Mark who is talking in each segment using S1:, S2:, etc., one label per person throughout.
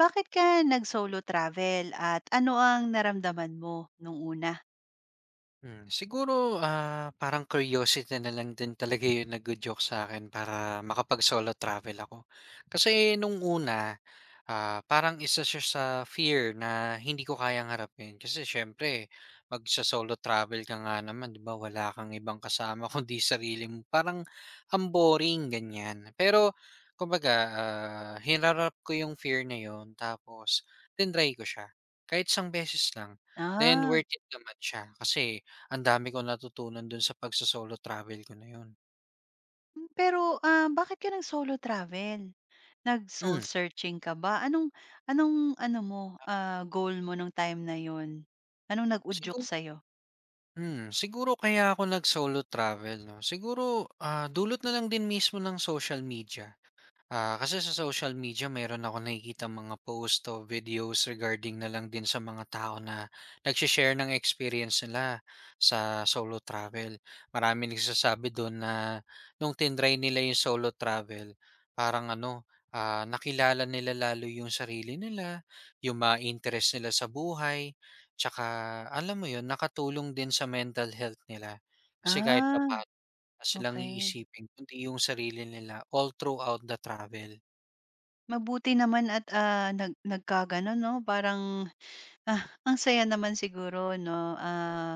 S1: Bakit ka nag-solo travel at ano ang naramdaman mo nung una?
S2: Siguro, parang curiosity na lang din talaga yung naggo-joke sa'kin para makapag-solo travel ako. Kasi nung una, parang isa siya sa fear na hindi ko kayang harapin. Kasi siyempre magso-solo travel ka nga naman 'di ba, wala kang ibang kasama kundi sarili mo, parang ang boring, ganyan. Pero kumbaga, hinarap ko yung fear na yun tapos tinry ko siya kahit isang beses lang. Then
S1: Ah,
S2: worth it naman siya kasi ang dami kong natutunan dun sa pagso-solo travel ko na yun.
S1: pero, bakit ka nag-solo travel? Nag-soul
S2: Hmm,
S1: searching ka ba? Anong anong ano mo, goal mo nung time na yon. Anong nag-udyok
S2: siguro
S1: sa'yo?
S2: siguro kaya ako nag-solo travel 'no, siguro, dulot na lang din mismo ng social media. Kasi sa social media meron akong nakikitang mga post o videos regarding na lang din sa mga tao na nagshe ng experience nila sa solo travel. Marami nagsasabi do'n na nung tinry nila yung solo travel, parang ano, nakilala nila lalo yung sarili nila, yung mga interest nila sa buhay, tsaka alam mo yun, nakatulong din sa mental health nila. Kasi kahit
S1: Ah,
S2: papa na silang
S1: okey.
S2: iisipin kundi yung sarili nila all throughout the travel.
S1: Mabuti naman at, nagkagano'n 'no, parang, ang saya naman siguro 'no,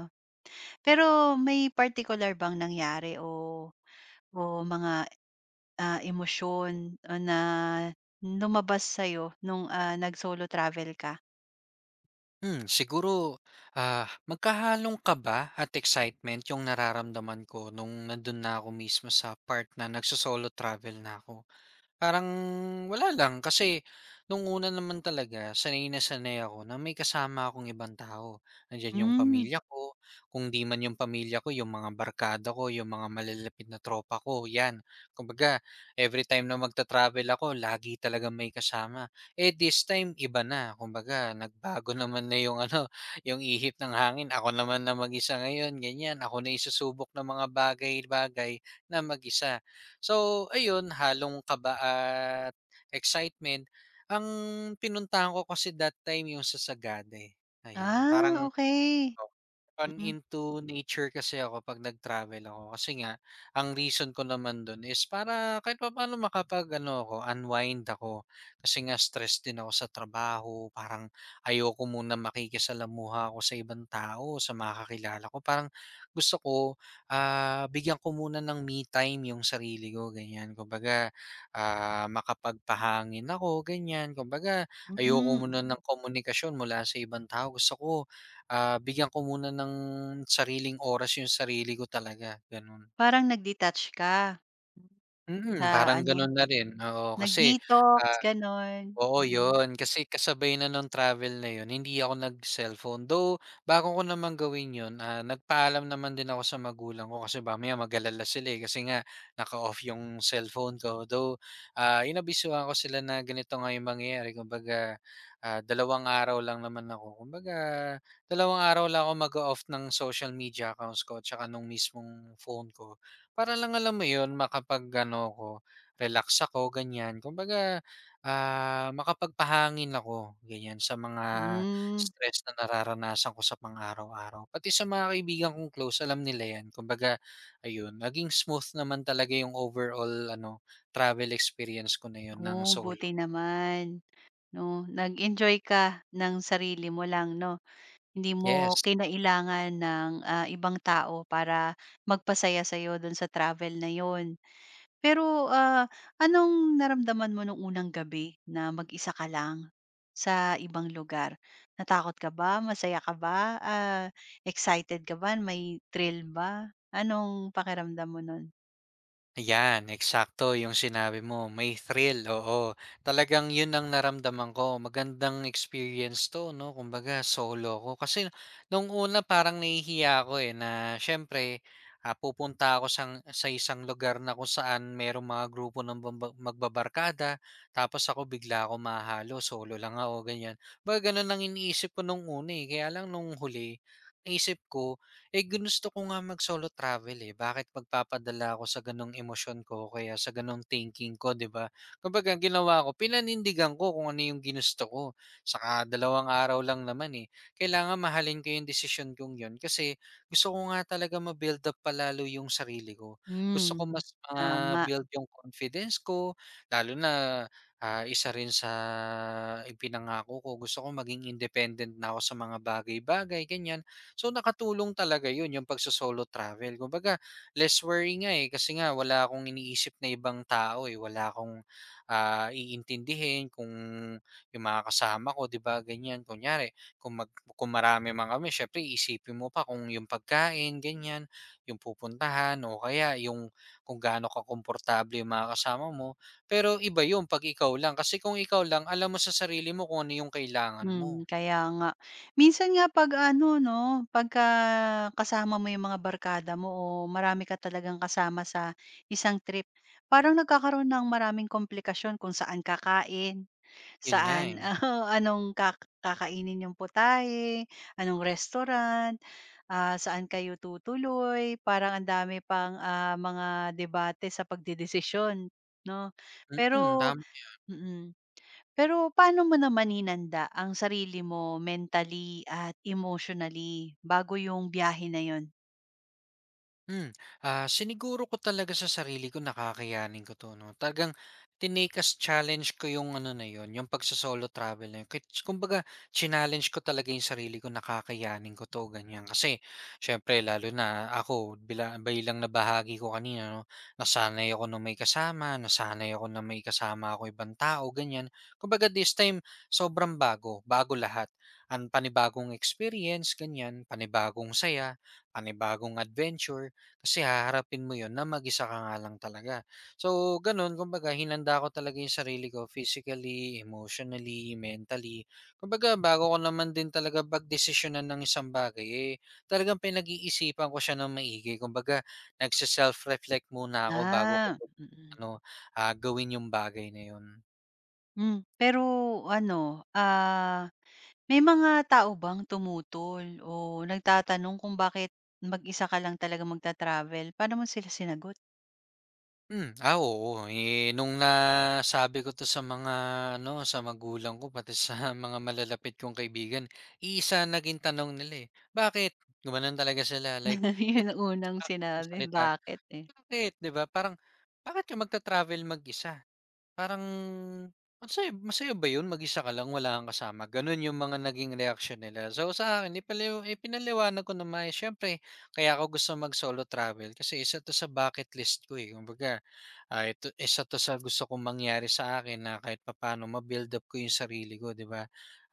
S1: pero may particular bang nangyari o o mga. Emosyon o na lumabas sa'yo nung, nag-solo travel ka?
S2: Siguro, magkahalong kaba at excitement yung nararamdaman ko nung nandun na ako mismo sa part na nagso-solo travel na ako. Parang wala lang, kasi nung una naman talaga sanay na sanay ako na may kasama akong ibang tao. Nandiyan yung
S1: Hmm.
S2: pamilya ko, kung 'di man yung pamilya ko, yung mga barkada ko, yung mga malalapit na tropa ko, 'yan. Kumbaga, every time na magta-travel ako lagi talaga may kasama. Eh, this time iba na, kumbaga nagbago naman na yung ano, yung ihip ng hangin. Ako naman na mag-isa ngayon, ganyan. Ako na isusubok ng mga bagay-bagay na mag-isa. So ayun, halong kaba at excitement. Ang pinuntahan ko kasi that time yung sa Sagada, eh, ayan.
S1: Ah,
S2: Parang
S1: okay.
S2: oh, on
S1: Mm,
S2: into nature kasi ako 'pag nag-travel ako kasi nga ang reason ko naman dun is para kahit papaano makapag-ano ako, unwind ako. Kasi nga stress din ako sa trabaho, parang ayoko muna makikisalamuha ako sa ibang tao, sa mga kakilala ko. Parang gusto ko, bigyan ko muna ng me time yung sarili ko, ganyan. Kumbaga, makapagpahangin ako, ganyan. Kumbaga, ayoko
S1: hmm,
S2: muna ng komunikasyon mula sa ibang tao. Gusto ko, bigyan ko muna ng sariling oras yung sarili ko talaga, gano'n.
S1: parang nag-detach ka sa
S2: Mm, parang
S1: ano,
S2: gano'n na rin, oo. Kasi,
S1: nag-detox
S2: ah
S1: gano'n,
S2: oo
S1: mm.
S2: 'yun, kasi kasabay na nung travel na 'yun hindi ako nag-cellphone. Though bago ko naman gawin 'yun, nagpaalam naman din ako sa magulang ko kasi mamaya mag-alala sila, eh, kasi nga naka-off 'yung cellphone ko. Though, inabisuhan ko sila na ganito nga 'yung mangyayari kumbaga, 2 araw lang naman ako kumbaga 2 araw lang ako mag off ng social media accounts ko at saka nung mismong phone ko. Para lang alam mo 'yun, makapag-ano ko relax ako ganyan. Kumbaga, makapagpahangin ako ganyan sa mga
S1: Hmm,
S2: stress na nararanasan ko sa pang-araw-araw. Pati sa mga kaibigan kong close alam nila 'yan. Kumbaga ayun, naging smooth naman talaga yung overall ano, travel experience ko na 'yun ng
S1: oh, buti
S2: solo.
S1: naman 'no, nag-enjoy ka ng sarili mo lang 'no, hindi mo
S2: Yes.
S1: kinailangan ng, ibang tao para magpasaya sa'yo do'n sa travel na 'yon. Pero, anong naramdaman mo nung unang gabi na mag-isa ka lang sa ibang lugar? Natakot ka ba, masaya ka ba, excited ka ba, may thrill ba? Anong pakiramdam mo nun?
S2: Ayan, eksakto yung sinabi mo. May thrill, oo. Talagang yun ang naramdaman ko. Magandang experience to, no? Kumbaga, solo ko. Kasi nung una parang nahihiya ako eh na syempre, pupunta ako sa isang lugar na kung saan merong mga grupo ng magbabarkada. Tapos ako bigla ako mahalo, solo lang ako, ganyan. Baga ganun ang iniisip ko nung una eh. Kaya lang nung huli, naisip ko, eh, ginusto ko nga mag-solo travel, eh, bakit magpapadala ako sa gano'ng emosyon ko o kaya sa gano'ng thinking ko, 'di ba? Kumbaga ginawa ko, pinanindigan ko kung ano yung ginusto ko. Saka 2 araw lang naman, eh. Kailangan mahalin ko yung desisyon kong yon. Kasi gusto ko nga talaga ma-build up palalo yung sarili ko. Gusto ko
S1: Hmm,
S2: mas
S1: tama.
S2: ma-build yung confidence ko, lalo na, isa rin sa ipinangako ko, gusto ko maging independent na ako sa mga bagay-bagay, ganyan. So nakatulong talaga 'yun, yung pagso-solo travel. Kumbaga less worry nga, eh, kasi nga wala akong iniisip na ibang tao, eh, wala akong, iintindihin kung yung mga kasama ko 'di ba ganiyan. Kunyari kung mag kung marami man kami syempre iisipin mo pa kung yung pagkain ganyan yung pupuntahan o kaya yung kung gaano kakomportable yung mga kasama mo. Pero iba yung 'pag ikaw lang, kasi kung ikaw lang alam mo sa sarili mo kung ano yung kailangan
S1: Hmm,
S2: mo.
S1: kaya nga. Minsan nga 'pag ano 'no, pagka kasama mo yung mga barkada mo o marami ka talagang kasama sa isang trip, parang nagkakaroon ng maraming komplikasyon kung saan kakain.
S2: 'Yun nga,
S1: Saan?
S2: eh.
S1: Anong kakainin niyong putahe, anong restaurant, saan kayo tutuloy, parang ang dami pang, mga debate sa pagdedesisyon 'no.
S2: Mm,
S1: Pero
S2: tama.
S1: mm. Pero paano mo naman hinanda ang sarili mo mentally at emotionally bago yung biyahe na yun?
S2: Hmm, Siniguro ko talaga sa sarili ko na kakayanin ko 'to 'no. Talagang tinake as challenge ko yung ano na yun, yung pagso-solo travel na yun. Kahit kumbaga chinallenge ko talaga yung sarili ko na kakayanin ko 'to, ganyan. Kasi siyempre lalo na ako bilang nabahagi ko kanina 'no, nasanay ako na may kasama, nasanay ako na may kasama ako ibang tao, ganyan. Kumbaga this time sobrang bago, bago lahat. Ang panibagong experience, ganyan, panibagong saya, panibagong adventure. Kasi haharapin mo 'yun na mag-isa ka nga lang talaga. So gano'n, kumbaga hinanda ko talaga 'yung sarili ko physically, emotionally, mentally. Kumbaga bago ko naman din talaga pagdesisyonan ng isang bagay, eh, talagang pinag-iisipan ko siya ng maigi. Kumbaga nagse-self-reflect muna ako bago ko
S1: Ah, mm.
S2: ano, gawin 'yung bagay na 'yun.
S1: Pero ano, May mga tao bang tumutol o nagtatanong kung bakit mag-isa ka lang talaga magta-travel? Paano mo sila sinagot?
S2: Oo, eh, nung nasabi ko 'to sa mga ano, sa magulang ko pati sa mga malalapit kong kaibigan, isa naging tanong nila, eh, "Bakit?" Gumanon talaga sila like yun
S1: Yun ang unang
S2: saktong
S1: sinabi,
S2: salita,
S1: bakit, eh?
S2: "Bakit?" 'Di ba, parang, "Bakit ka magta-travel mag-isa?" Parang, "Masaya masaya ba yun mag-isa ka lang wala kang kasama?" Ganun yung mga naging reaction nila. So, sa akin ipinaliwanag ko na maayos, siyempre kaya ako gusto mag-solo travel kasi isa 'to sa bucket list ko, eh, kumbaga ito isa 'to sa gusto kong mangyari sa akin na kahit papaano ma-build up ko yung sarili ko, 'di ba?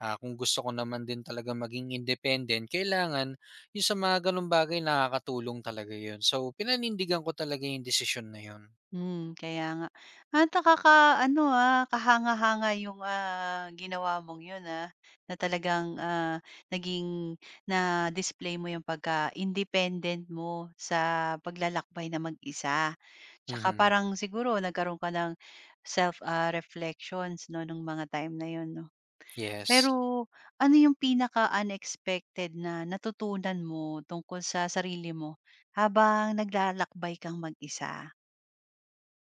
S2: Kung gusto ko naman din talaga maging independent, kailangan yung sa mga gano'ng bagay nakakatulong talaga yun. So, pinanindigan ko talaga yung desisyon na yun.
S1: Hmm, kaya nga. At nakaka ano, kahanga-hanga yung, ginawa mong yun, na talagang, naging na-display mo yung pagka-independent mo sa paglalakbay na mag-isa. Tsaka
S2: Mhm,
S1: parang siguro nagkaroon ka ng self, reflections 'no, nung mga time na yun 'no?
S2: yes.
S1: Pero ano yung pinaka-unexpected na natutunan mo tungkol sa sarili mo habang naglalakbay kang mag-isa?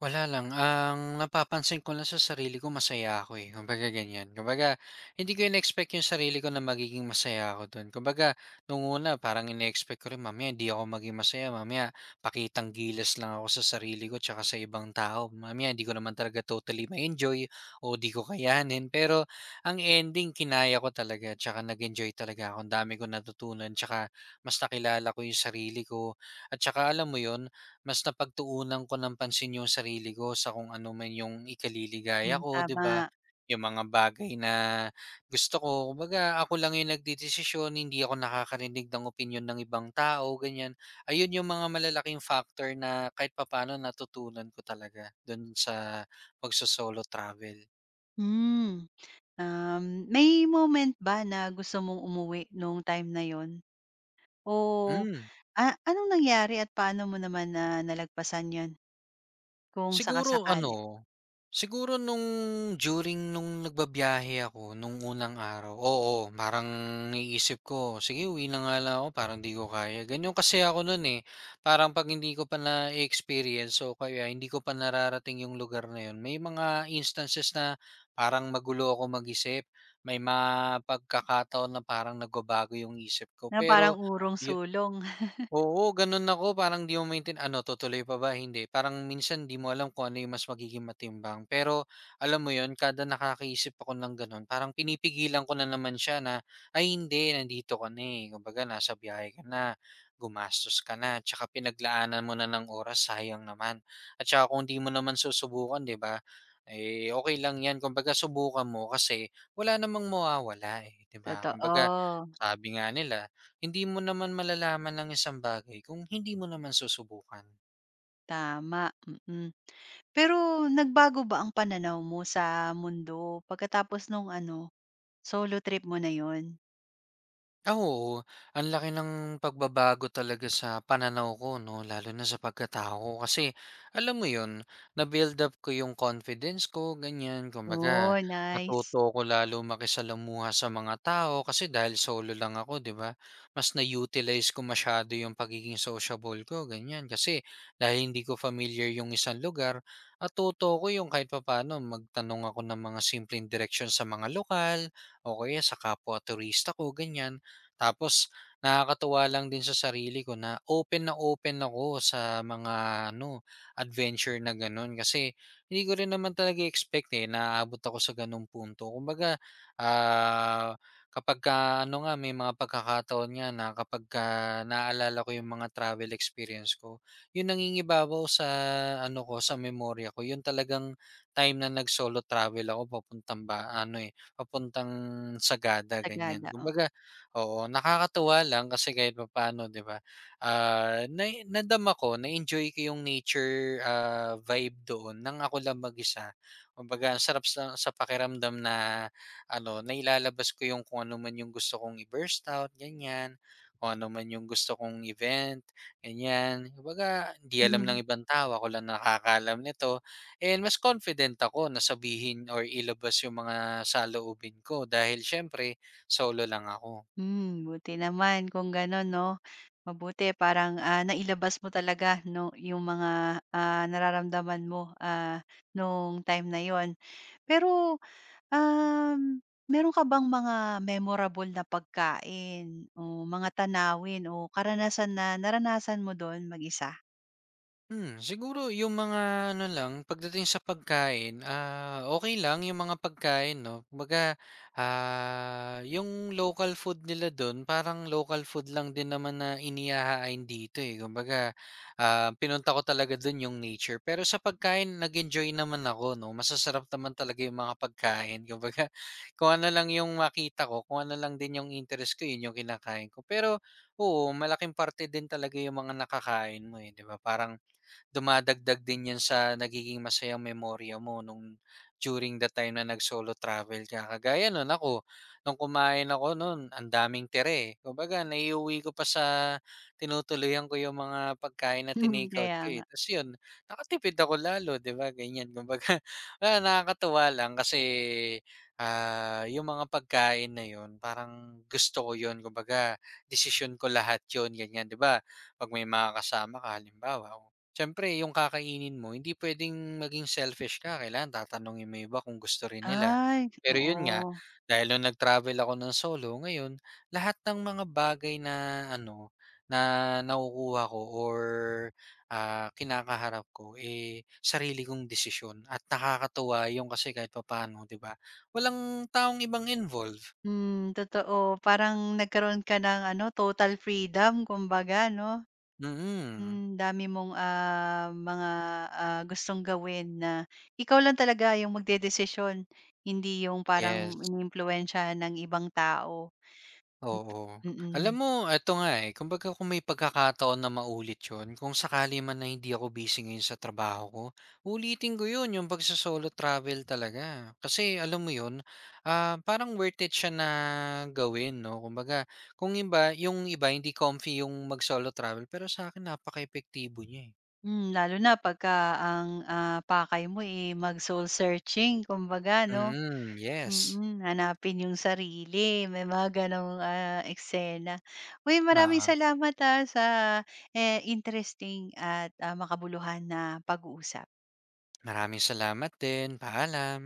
S2: Wala lang, ang napapansin ko lang sa sarili ko masaya ako, eh, kumbaga ganyan. Kumbaga hindi ko in-expect yung sarili ko na magiging masaya ako dun. Kumbaga nung una parang ine-expect ko rin mamaya hindi ako maging masaya, mamaya pakitang gilas lang ako sa sarili ko tsaka sa ibang tao. Mamaya hindi ko naman talaga totally ma-enjoy o di ko kayanin. Pero ang ending kinaya ko talaga tsaka nag-enjoy talaga ako. Ang dami kong natutunan tsaka mas nakilala ko yung sarili ko. At tsaka alam mo yun mas napagtuunan ko ng pansin yung sarili ko sa kung ano man yung ikaliligaya
S1: Hmm,
S2: ko, 'di ba?
S1: tama.
S2: Yung mga bagay na gusto ko. Kumbaga, ako lang yung nagdedesisyon, hindi ako nakakarinig ng opinion ng ibang tao, ganyan. Ayun yung mga malalaking factor na kahit papaano natutunan ko talaga doon sa pagso-solo travel.
S1: Hmm, um, may moment ba na gusto mong umuwi nung time na yon? O,
S2: Mm.
S1: anong nangyari at paano mo naman na nalagpasan yon kung
S2: Siguro
S1: sakasakali?
S2: ano, siguro nung during nung nagbabiyahe ako nung unang araw, oo, parang naisip ko, "Sige uwi na nga lang ako parang 'di ko kaya." Ganyan kasi ako nun, eh, parang 'pag hindi ko pa na experience o kaya hindi ko pa nararating yung lugar na yun, may mga instances na parang magulo ako mag-isip, may mga pagkakataon na parang nagbabago yung isip ko.
S1: Na parang
S2: Pero
S1: urong-sulong.
S2: oo, ganun ako. Parang di mo maintain ano, tutuloy pa ba, hindi. Parang minsan di mo alam kung ano yung mas magiging matimbang. Pero alam mo yun, kada nakakaisip ako ng ganun, parang pinipigilan ko na naman siya na, ay hindi, nandito ka na eh. Kumbaga, nasa biyahe ka na, gumastos ka na, tsaka pinaglaanan mo na ng oras, sayang naman. At tsaka kung di mo naman susubukan, di ba? Eh, okay lang yan. Kumbaga, subukan mo kasi wala namang mawawala eh, di ba? Kumbaga,
S1: Totoo,
S2: sabi nga nila, hindi mo naman malalaman ng isang bagay kung hindi mo naman susubukan.
S1: tama, mm. Pero nagbago ba ang pananaw mo sa mundo pagkatapos nung ano, solo trip mo na yon?
S2: Ah, oo. Ang laki ng pagbabago talaga sa pananaw ko 'no, lalo na sa pagkatao ko kasi alam mo 'yun, na-build up ko 'yung confidence ko ganiyan. Kumbaga
S1: Oh, nice.
S2: natuto ko lalo makisalamuha sa mga tao kasi dahil solo lang ako 'di ba, mas na-utilize ko masyado 'yung pagiging sociable ko ganyan. Kasi dahil hindi ko familiar 'yung isang lugar, natuto ko 'yung kahit papaano magtanong ako ng mga simpleng direksyon sa mga lokal o kaya sa kapwa turista ko ganyan tapos nakakatuwa lang din sa sarili ko na open ako sa mga ano, adventure na gano'n kasi hindi ko rin naman talaga expect eh na aabot ako sa gano'ng punto. Kumbaga, ah, kapag ka, ano nga, may mga pagkakataon nga na kapag ka naalala ko yung mga travel experience ko, yun nangingibabaw sa ano ko, sa memorya ko. Yun talagang time na nag-solo travel ako papuntang ba, ano eh, papuntang Sagada, ganyan.
S1: Sagada, oh.
S2: Kumbaga, oo, nakakatuwa lang kasi kahit papaano 'di ba, ah, nai nadama ko, na-enjoy ko yung nature, vibe doon nang ako lang mag-isa. Kumbaga ang sarap sa pakiramdam na ano, nailalabas ko yung kung ano man yung gusto kong i-burst out, ganyan. Kung ano man yung gusto kong event, ganyan. Kumbaga hindi alam ng
S1: Mm-hmm.
S2: ibang tao, ako lang nakakalam nito and mas confident ako na sabihin or ilabas yung mga saloobin ko dahil siyempre solo lang ako.
S1: Buti naman kung gano'n 'no. Mabuti parang, nailabas mo talaga 'no, yung mga, nararamdaman mo, nung time na yon. Pero, um, meron ka bang mga memorable na pagkain o mga tanawin o karanasan na naranasan mo dun mag-isa?
S2: Siguro yung mga ano lang, pagdating sa pagkain, okay lang yung mga pagkain 'no. Kumbaga, yung local food nila dun parang local food lang din naman na inihahain dito, eh. Kumbaga, pinunta ko talaga dun yung nature. Pero sa pagkain nag-enjoy naman ako 'no, masasarap naman talaga yung mga pagkain. Kumbaga, kung ano lang yung makita ko, kung ano lang din yung interest ko, yun yung kinakain ko. Pero oo, malaking parte din talaga yung mga nakakain mo, eh, 'di ba? Parang dumadagdag din 'yun sa nagiging masayang memorya mo nung during the time na nag-solo travel ka. Kagaya no'n ako, nung kumain ako no'n ang daming tira, eh. Kumbaga naiuwi ko pa sa tinutuloyan ko 'yung mga pagkain na
S1: Mhm.
S2: tinake out
S1: Kaya
S2: ko,
S1: nga,
S2: eh. Ta's 'yun, nakatipid ako lalo, 'di ba, ganiyan. Kumbaga, nakakatuwa lang kasi, 'yung mga pagkain na 'yun parang gusto ko 'yun. Kumbaga desisyon ko lahat 'yun, ganiyan. 'Di ba, 'pag may mga kasama ka halimbawa. Siyempre yung kakainin mo hindi puwedeng maging selfish ka, kailangan tatanungin mo yung iba kung gusto rin nila.
S1: ay,
S2: Pero yun nga,
S1: oo.
S2: dahil nung nag-travel ako ng solo ngayon, lahat ng mga bagay na ano, na nakukuha ko or, kinakaharap ko, eh, sarili kong desisyon at nakakatuwa yung kasi kahit papaano 'di ba, walang taong ibang involved.
S1: Hmm, totoo. Parang nagkaroon ka ng ano, total freedom kumbaga 'no?
S2: Mm,
S1: Dami mong, mga, gustong gawin na ikaw lang talaga yung magdedesisyon, hindi yung parang
S2: yes.
S1: iniimpluwensyahan ng ibang tao.
S2: Oo. Alam
S1: Mm.
S2: mo eto nga, eh, kumbaga kung may pagkakataon na maulit 'yun, kung sakali man na hindi ako busy ngayon sa trabaho ko, uulitin ko 'yun, yung pagso-solo travel talaga. Kasi alam mo 'yun, parang worth it siya na gawin 'no. Kumbaga kung iba yung iba hindi comfy yung mag-solo travel, pero sa'kin napakaepektibo niya, eh.
S1: Lalo na pagka ang, pakay mo, eh, mag soul searching kumbaga 'no?
S2: Mm, yes.
S1: Hanapin yung sarili, may mga gano'ng, eksena. Uy, maraming
S2: Oo.
S1: salamat, sa, eh, interesting at, makabuluhan na pag-uusap.
S2: Maraming salamat din. Paalam.